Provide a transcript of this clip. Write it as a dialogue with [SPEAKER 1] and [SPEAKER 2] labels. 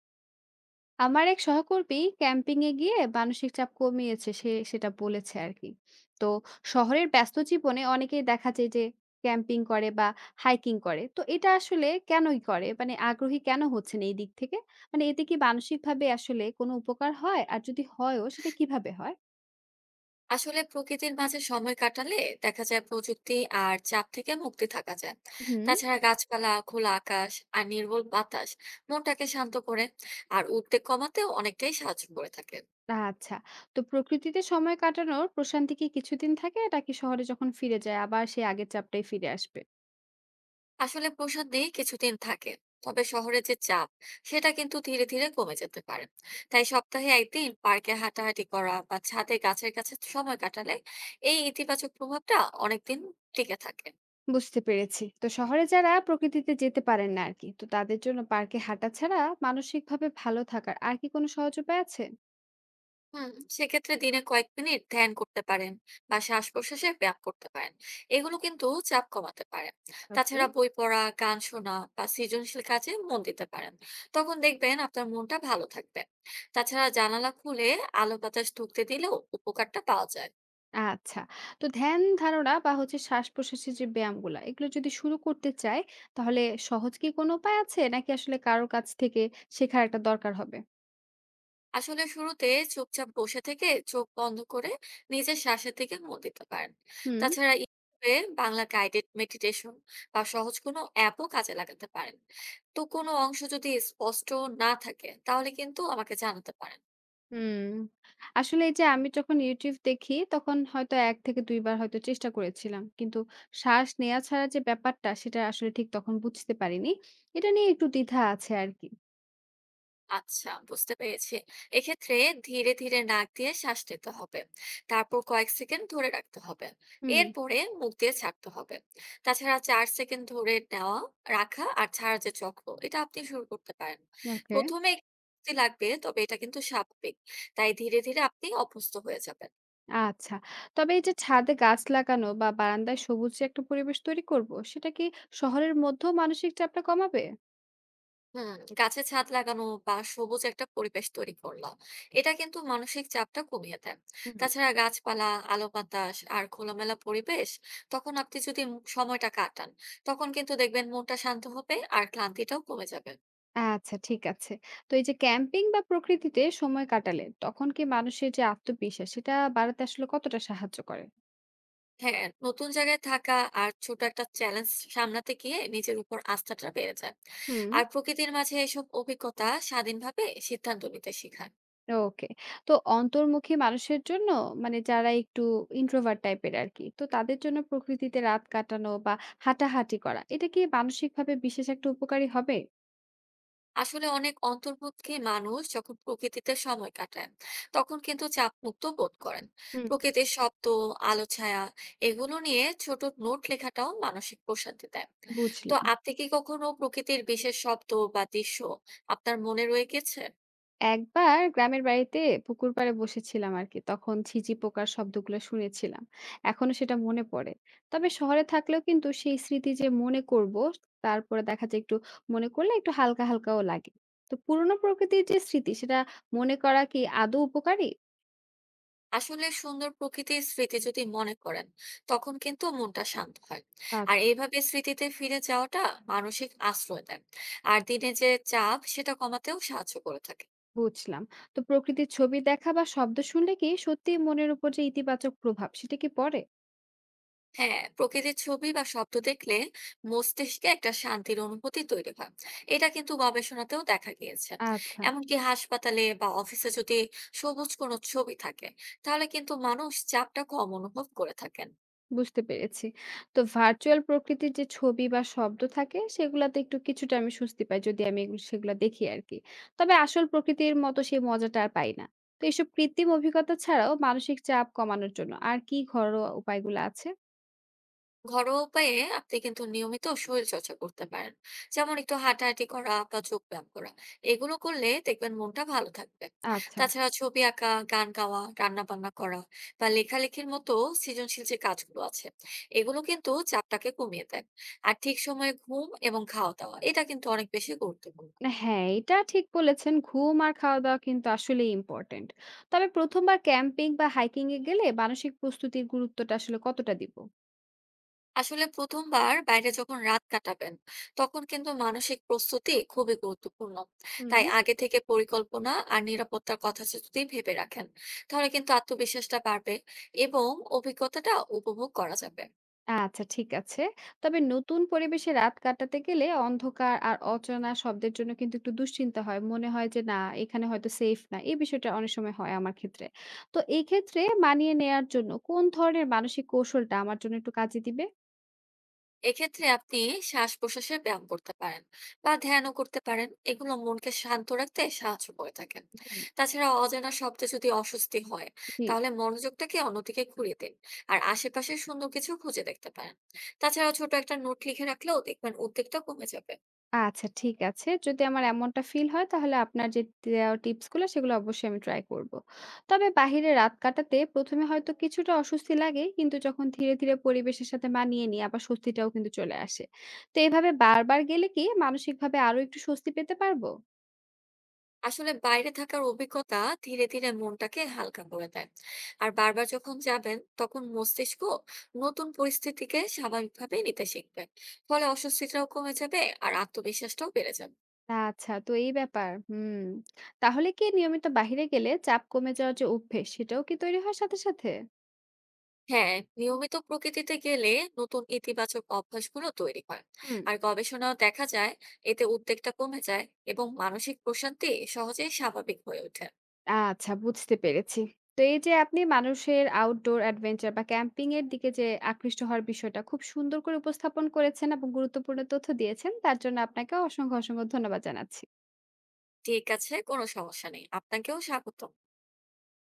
[SPEAKER 1] আমার এক সহকর্মী ক্যাম্পিং এ গিয়ে মানসিক চাপ কমিয়েছে সে সেটা বলেছে আর কি। তো শহরের ব্যস্ত জীবনে অনেকেই দেখা যায় যে ক্যাম্পিং করে বা হাইকিং করে। তো এটা আসলে কেনই করে, মানে আগ্রহী কেন হচ্ছেন এই দিক থেকে? মানে এতে কি মানসিক ভাবে আসলে কোনো উপকার হয়, আর যদি হয়ও সেটা কিভাবে হয়?
[SPEAKER 2] আসলে প্রকৃতির মাঝে সময় কাটালে দেখা যায় প্রযুক্তি আর চাপ থেকে মুক্তি থাকা যায়।
[SPEAKER 1] হুম।
[SPEAKER 2] তাছাড়া গাছপালা, খোলা আকাশ আর নির্মল বাতাস মনটাকে শান্ত করে আর উদ্বেগ কমাতেও অনেকটাই সাহায্য করে থাকে।
[SPEAKER 1] আচ্ছা। তো প্রকৃতিতে সময় কাটানোর প্রশান্তি কি কিছুদিন থাকে, নাকি শহরে যখন ফিরে যায় আবার সেই আগের চাপটাই ফিরে আসবে?
[SPEAKER 2] আসলে প্রশান্তি কিছুদিন থাকে, তবে শহরে যে চাপ সেটা কিন্তু ধীরে ধীরে কমে যেতে পারে। তাই সপ্তাহে একদিন পার্কে হাঁটাহাঁটি করা বা ছাদে গাছের কাছে সময় কাটালে এই ইতিবাচক প্রভাবটা অনেকদিন টিকে থাকে।
[SPEAKER 1] বুঝতে পেরেছি। তো শহরে যারা প্রকৃতিতে যেতে পারেন না আর কি, তো তাদের জন্য পার্কে হাঁটা ছাড়া মানসিকভাবে ভালো থাকার আর কি কোনো সহজ উপায় আছে?
[SPEAKER 2] হুম, সেক্ষেত্রে দিনে কয়েক মিনিট ধ্যান করতে পারেন বা শ্বাস প্রশ্বাসের ব্যায়াম করতে পারেন, এগুলো কিন্তু চাপ কমাতে পারে।
[SPEAKER 1] ওকে।
[SPEAKER 2] তাছাড়া বই পড়া, গান শোনা বা সৃজনশীল কাজে মন দিতে পারেন, তখন দেখবেন আপনার মনটা ভালো থাকবে। তাছাড়া জানালা খুলে আলো বাতাস ঢুকতে দিলেও উপকারটা পাওয়া যায়।
[SPEAKER 1] আচ্ছা। তো ধ্যান ধারণা বা হচ্ছে শ্বাস প্রশ্বাসের যে ব্যায়ামগুলা, এগুলো যদি শুরু করতে চায় তাহলে সহজ কি কোনো উপায় আছে, নাকি আসলে কারোর কাছ থেকে শেখার একটা দরকার হবে?
[SPEAKER 2] আসলে শুরুতে চুপচাপ বসে থেকে চোখ বন্ধ করে নিজের শ্বাসের দিকে মন দিতে পারেন।
[SPEAKER 1] হুম।
[SPEAKER 2] তাছাড়া ইউটিউবে বাংলা গাইডেড মেডিটেশন বা সহজ কোনো অ্যাপও কাজে লাগাতে পারেন। তো কোনো অংশ যদি স্পষ্ট না থাকে তাহলে কিন্তু আমাকে জানাতে পারেন।
[SPEAKER 1] হুম। আসলে এই যে আমি যখন YouTube দেখি তখন হয়তো ১ থেকে ২ বার হয়তো চেষ্টা করেছিলাম। কিন্তু শ্বাস নেয়া ছাড়া যে ব্যাপারটা সেটা আসলে ঠিক তখন বুঝতে পারিনি। এটা নিয়ে একটু দ্বিধা আছে আরকি।
[SPEAKER 2] আচ্ছা, বুঝতে পেরেছি। এক্ষেত্রে ধীরে ধীরে নাক দিয়ে শ্বাস নিতে হবে, তারপর কয়েক সেকেন্ড ধরে রাখতে হবে,
[SPEAKER 1] হুম,
[SPEAKER 2] এরপরে মুখ দিয়ে ছাড়তে হবে। তাছাড়া 4 সেকেন্ড ধরে নেওয়া, রাখা আর ছাড়ার যে চক্র, এটা আপনি শুরু করতে পারেন।
[SPEAKER 1] ওকে।
[SPEAKER 2] প্রথমে একটু স্বস্তি লাগবে, তবে এটা কিন্তু স্বাভাবিক। তাই ধীরে ধীরে আপনি অভ্যস্ত হয়ে যাবেন।
[SPEAKER 1] আচ্ছা। তবে এই যে ছাদে গাছ লাগানো বা বারান্দায় সবুজ যে একটা পরিবেশ তৈরি করব, সেটা কি শহরের মধ্যেও মানসিক চাপটা কমাবে?
[SPEAKER 2] হুম, গাছে ছাদ লাগানো বা সবুজ একটা পরিবেশ তৈরি করলো, এটা কিন্তু মানসিক চাপটা কমিয়ে দেয়।
[SPEAKER 1] হুম।
[SPEAKER 2] তাছাড়া গাছপালা, আলো বাতাস আর খোলামেলা পরিবেশ, তখন আপনি যদি সময়টা কাটান তখন কিন্তু দেখবেন মনটা শান্ত হবে আর ক্লান্তিটাও কমে যাবে।
[SPEAKER 1] আচ্ছা ঠিক আছে। তো এই যে ক্যাম্পিং বা প্রকৃতিতে সময় কাটালে তখন কি মানুষের যে আত্মবিশ্বাস সেটা বাড়াতে আসলে কতটা সাহায্য করে?
[SPEAKER 2] হ্যাঁ, নতুন জায়গায় থাকা আর ছোট একটা চ্যালেঞ্জ সামলাতে গিয়ে নিজের উপর আস্থাটা বেড়ে যায়।
[SPEAKER 1] হুম।
[SPEAKER 2] আর প্রকৃতির মাঝে এসব অভিজ্ঞতা স্বাধীনভাবে সিদ্ধান্ত নিতে শেখায়।
[SPEAKER 1] ওকে। তো অন্তর্মুখী মানুষের জন্য মানে যারা একটু ইন্ট্রোভার্ট টাইপের আরকি, তো তাদের জন্য প্রকৃতিতে রাত কাটানো বা হাঁটাহাঁটি করা এটা কি মানসিকভাবে বিশেষ একটা উপকারী হবে?
[SPEAKER 2] আসলে অনেক অন্তর্মুখী মানুষ যখন প্রকৃতিতে সময় কাটায় তখন কিন্তু চাপ মুক্ত বোধ করেন।
[SPEAKER 1] হুম।
[SPEAKER 2] প্রকৃতির শব্দ, আলো ছায়া, এগুলো নিয়ে ছোট নোট লেখাটাও মানসিক প্রশান্তি দেয়। তো
[SPEAKER 1] বুঝলাম।
[SPEAKER 2] আপনি কি কখনো প্রকৃতির বিশেষ শব্দ বা দৃশ্য আপনার মনে রয়ে গেছে?
[SPEAKER 1] একবার গ্রামের বাড়িতে পুকুর পাড়ে বসেছিলাম আরকি। তখন ঝিঁঝি পোকার শব্দগুলো শুনেছিলাম। এখনো সেটা মনে পড়ে। তবে শহরে থাকলেও কিন্তু সেই স্মৃতি যে মনে করব, তারপরে দেখা যায় একটু মনে করলে একটু হালকা, হালকাও লাগে। তো পুরনো প্রকৃতির যে স্মৃতি সেটা মনে করা কি আদৌ উপকারী?
[SPEAKER 2] আসলে সুন্দর প্রকৃতির স্মৃতি যদি মনে করেন তখন কিন্তু মনটা শান্ত হয়।
[SPEAKER 1] আচ্ছা,
[SPEAKER 2] আর এইভাবে স্মৃতিতে ফিরে যাওয়াটা মানসিক আশ্রয় দেয় আর দিনে যে চাপ সেটা কমাতেও সাহায্য করে থাকে।
[SPEAKER 1] বুঝলাম। তো প্রকৃতির ছবি দেখা বা শব্দ শুনলে কি সত্যিই মনের উপর যে ইতিবাচক প্রভাব সেটা কি পড়ে?
[SPEAKER 2] হ্যাঁ, প্রকৃতির ছবি বা শব্দ দেখলে মস্তিষ্কে একটা শান্তির অনুভূতি তৈরি হয়, এটা কিন্তু গবেষণাতেও দেখা গিয়েছে।
[SPEAKER 1] আচ্ছা,
[SPEAKER 2] এমনকি হাসপাতালে বা অফিসে যদি সবুজ কোনো ছবি থাকে তাহলে কিন্তু মানুষ চাপটা কম অনুভব করে থাকেন।
[SPEAKER 1] বুঝতে পেরেছি। তো ভার্চুয়াল প্রকৃতির যে ছবি বা শব্দ থাকে সেগুলাতে একটু কিছুটা আমি স্বস্তি পাই, যদি আমি এগুলো দেখি আরকি। তবে আসল প্রকৃতির মতো সেই মজাটা আর পাই না। তো এসব কৃত্রিম অভিজ্ঞতা ছাড়াও মানসিক চাপ কমানোর জন্য আর কি ঘরোয়া উপায়গুলো আছে?
[SPEAKER 2] ঘরোয়া উপায়ে আপনি কিন্তু নিয়মিত শরীর চর্চা করতে পারেন, যেমন একটু হাঁটাহাঁটি করা বা যোগ ব্যায়াম করা, এগুলো করলে দেখবেন মনটা ভালো থাকবে।
[SPEAKER 1] আচ্ছা।
[SPEAKER 2] তাছাড়া ছবি আঁকা, গান গাওয়া, রান্না বান্না করা বা লেখালেখির মতো সৃজনশীল যে কাজগুলো আছে, এগুলো কিন্তু চাপটাকে কমিয়ে দেয়। আর ঠিক সময়ে ঘুম এবং খাওয়া দাওয়া, এটা কিন্তু অনেক বেশি গুরুত্বপূর্ণ।
[SPEAKER 1] হ্যাঁ, এটা ঠিক বলেছেন। ঘুম আর খাওয়া-দাওয়া কিন্তু আসলেই ইম্পোর্টেন্ট। তবে ১ম বার ক্যাম্পিং বা হাইকিং এ গেলে মানসিক প্রস্তুতির গুরুত্বটা আসলে কতটা দিব?
[SPEAKER 2] আসলে প্রথমবার বাইরে যখন রাত কাটাবেন তখন কিন্তু মানসিক প্রস্তুতি খুবই গুরুত্বপূর্ণ। তাই
[SPEAKER 1] হুম।
[SPEAKER 2] আগে থেকে পরিকল্পনা আর নিরাপত্তার কথা যদি ভেবে রাখেন তাহলে কিন্তু আত্মবিশ্বাসটা বাড়বে এবং অভিজ্ঞতাটা উপভোগ করা যাবে।
[SPEAKER 1] আচ্ছা ঠিক আছে। তবে নতুন পরিবেশে রাত কাটাতে গেলে অন্ধকার আর অচেনা শব্দের জন্য কিন্তু একটু দুশ্চিন্তা হয়। মনে হয় যে না, এখানে হয়তো সেফ না। এই বিষয়টা অনেক সময় হয় আমার ক্ষেত্রে। তো এই ক্ষেত্রে মানিয়ে নেয়ার জন্য কোন ধরনের মানসিক কৌশলটা আমার জন্য একটু কাজে দিবে?
[SPEAKER 2] এক্ষেত্রে আপনি শ্বাস প্রশ্বাসের ব্যায়াম করতে পারেন বা ধ্যানও করতে পারেন, এগুলো মনকে শান্ত রাখতে সাহায্য করে থাকে।
[SPEAKER 1] হুম।
[SPEAKER 2] তাছাড়া অজানা শব্দে যদি অস্বস্তি হয়
[SPEAKER 1] জি।
[SPEAKER 2] তাহলে মনোযোগটাকে অন্যদিকে ঘুরিয়ে দিন আর আশেপাশে সুন্দর কিছু খুঁজে দেখতে পারেন। তাছাড়া ছোট একটা নোট লিখে রাখলেও দেখবেন উদ্বেগটা কমে যাবে।
[SPEAKER 1] আচ্ছা ঠিক আছে। যদি আমার এমনটা ফিল হয় তাহলে আপনার যে দেওয়া টিপস গুলো সেগুলো অবশ্যই আমি ট্রাই করব। তবে বাহিরে রাত কাটাতে ১ম এ হয়তো কিছুটা অস্বস্তি লাগে, কিন্তু যখন ধীরে, ধীরে পরিবেশের সাথে মানিয়ে নিই আবার স্বস্তিটাও কিন্তু চলে আসে। তো এভাবে বারবার গেলে কি মানসিকভাবে আরো একটু স্বস্তি পেতে পারবো?
[SPEAKER 2] আসলে বাইরে থাকার অভিজ্ঞতা ধীরে ধীরে মনটাকে হালকা করে দেয়। আর বারবার যখন যাবেন তখন মস্তিষ্ক নতুন পরিস্থিতিকে স্বাভাবিকভাবে নিতে শিখবে, ফলে অস্বস্তিটাও কমে যাবে আর আত্মবিশ্বাসটাও বেড়ে যাবে।
[SPEAKER 1] আচ্ছা, তো এই ব্যাপার। হুম। তাহলে কি নিয়মিত বাহিরে গেলে চাপ কমে যাওয়ার যে অভ্যেস সেটাও কি তৈরি হয় সাথে, সাথে?
[SPEAKER 2] হ্যাঁ, নিয়মিত প্রকৃতিতে গেলে নতুন ইতিবাচক অভ্যাসগুলো তৈরি হয়।
[SPEAKER 1] হুম।
[SPEAKER 2] আর গবেষণাও দেখা যায় এতে উদ্বেগটা কমে যায় এবং মানসিক প্রশান্তি সহজেই স্বাভাবিক হয়ে ওঠে।
[SPEAKER 1] আচ্ছা, বুঝতে পেরেছি। তো এই যে আপনি মানুষের আউটডোর অ্যাডভেঞ্চার বা ক্যাম্পিং এর দিকে যে আকৃষ্ট হওয়ার বিষয়টা খুব সুন্দর করে উপস্থাপন করেছেন এবং গুরুত্বপূর্ণ তথ্য দিয়েছেন, তার জন্য আপনাকে অসংখ্য, অসংখ্য ধন্যবাদ জানাচ্ছি।
[SPEAKER 2] ঠিক আছে, কোনো সমস্যা নেই, আপনাকেও স্বাগত।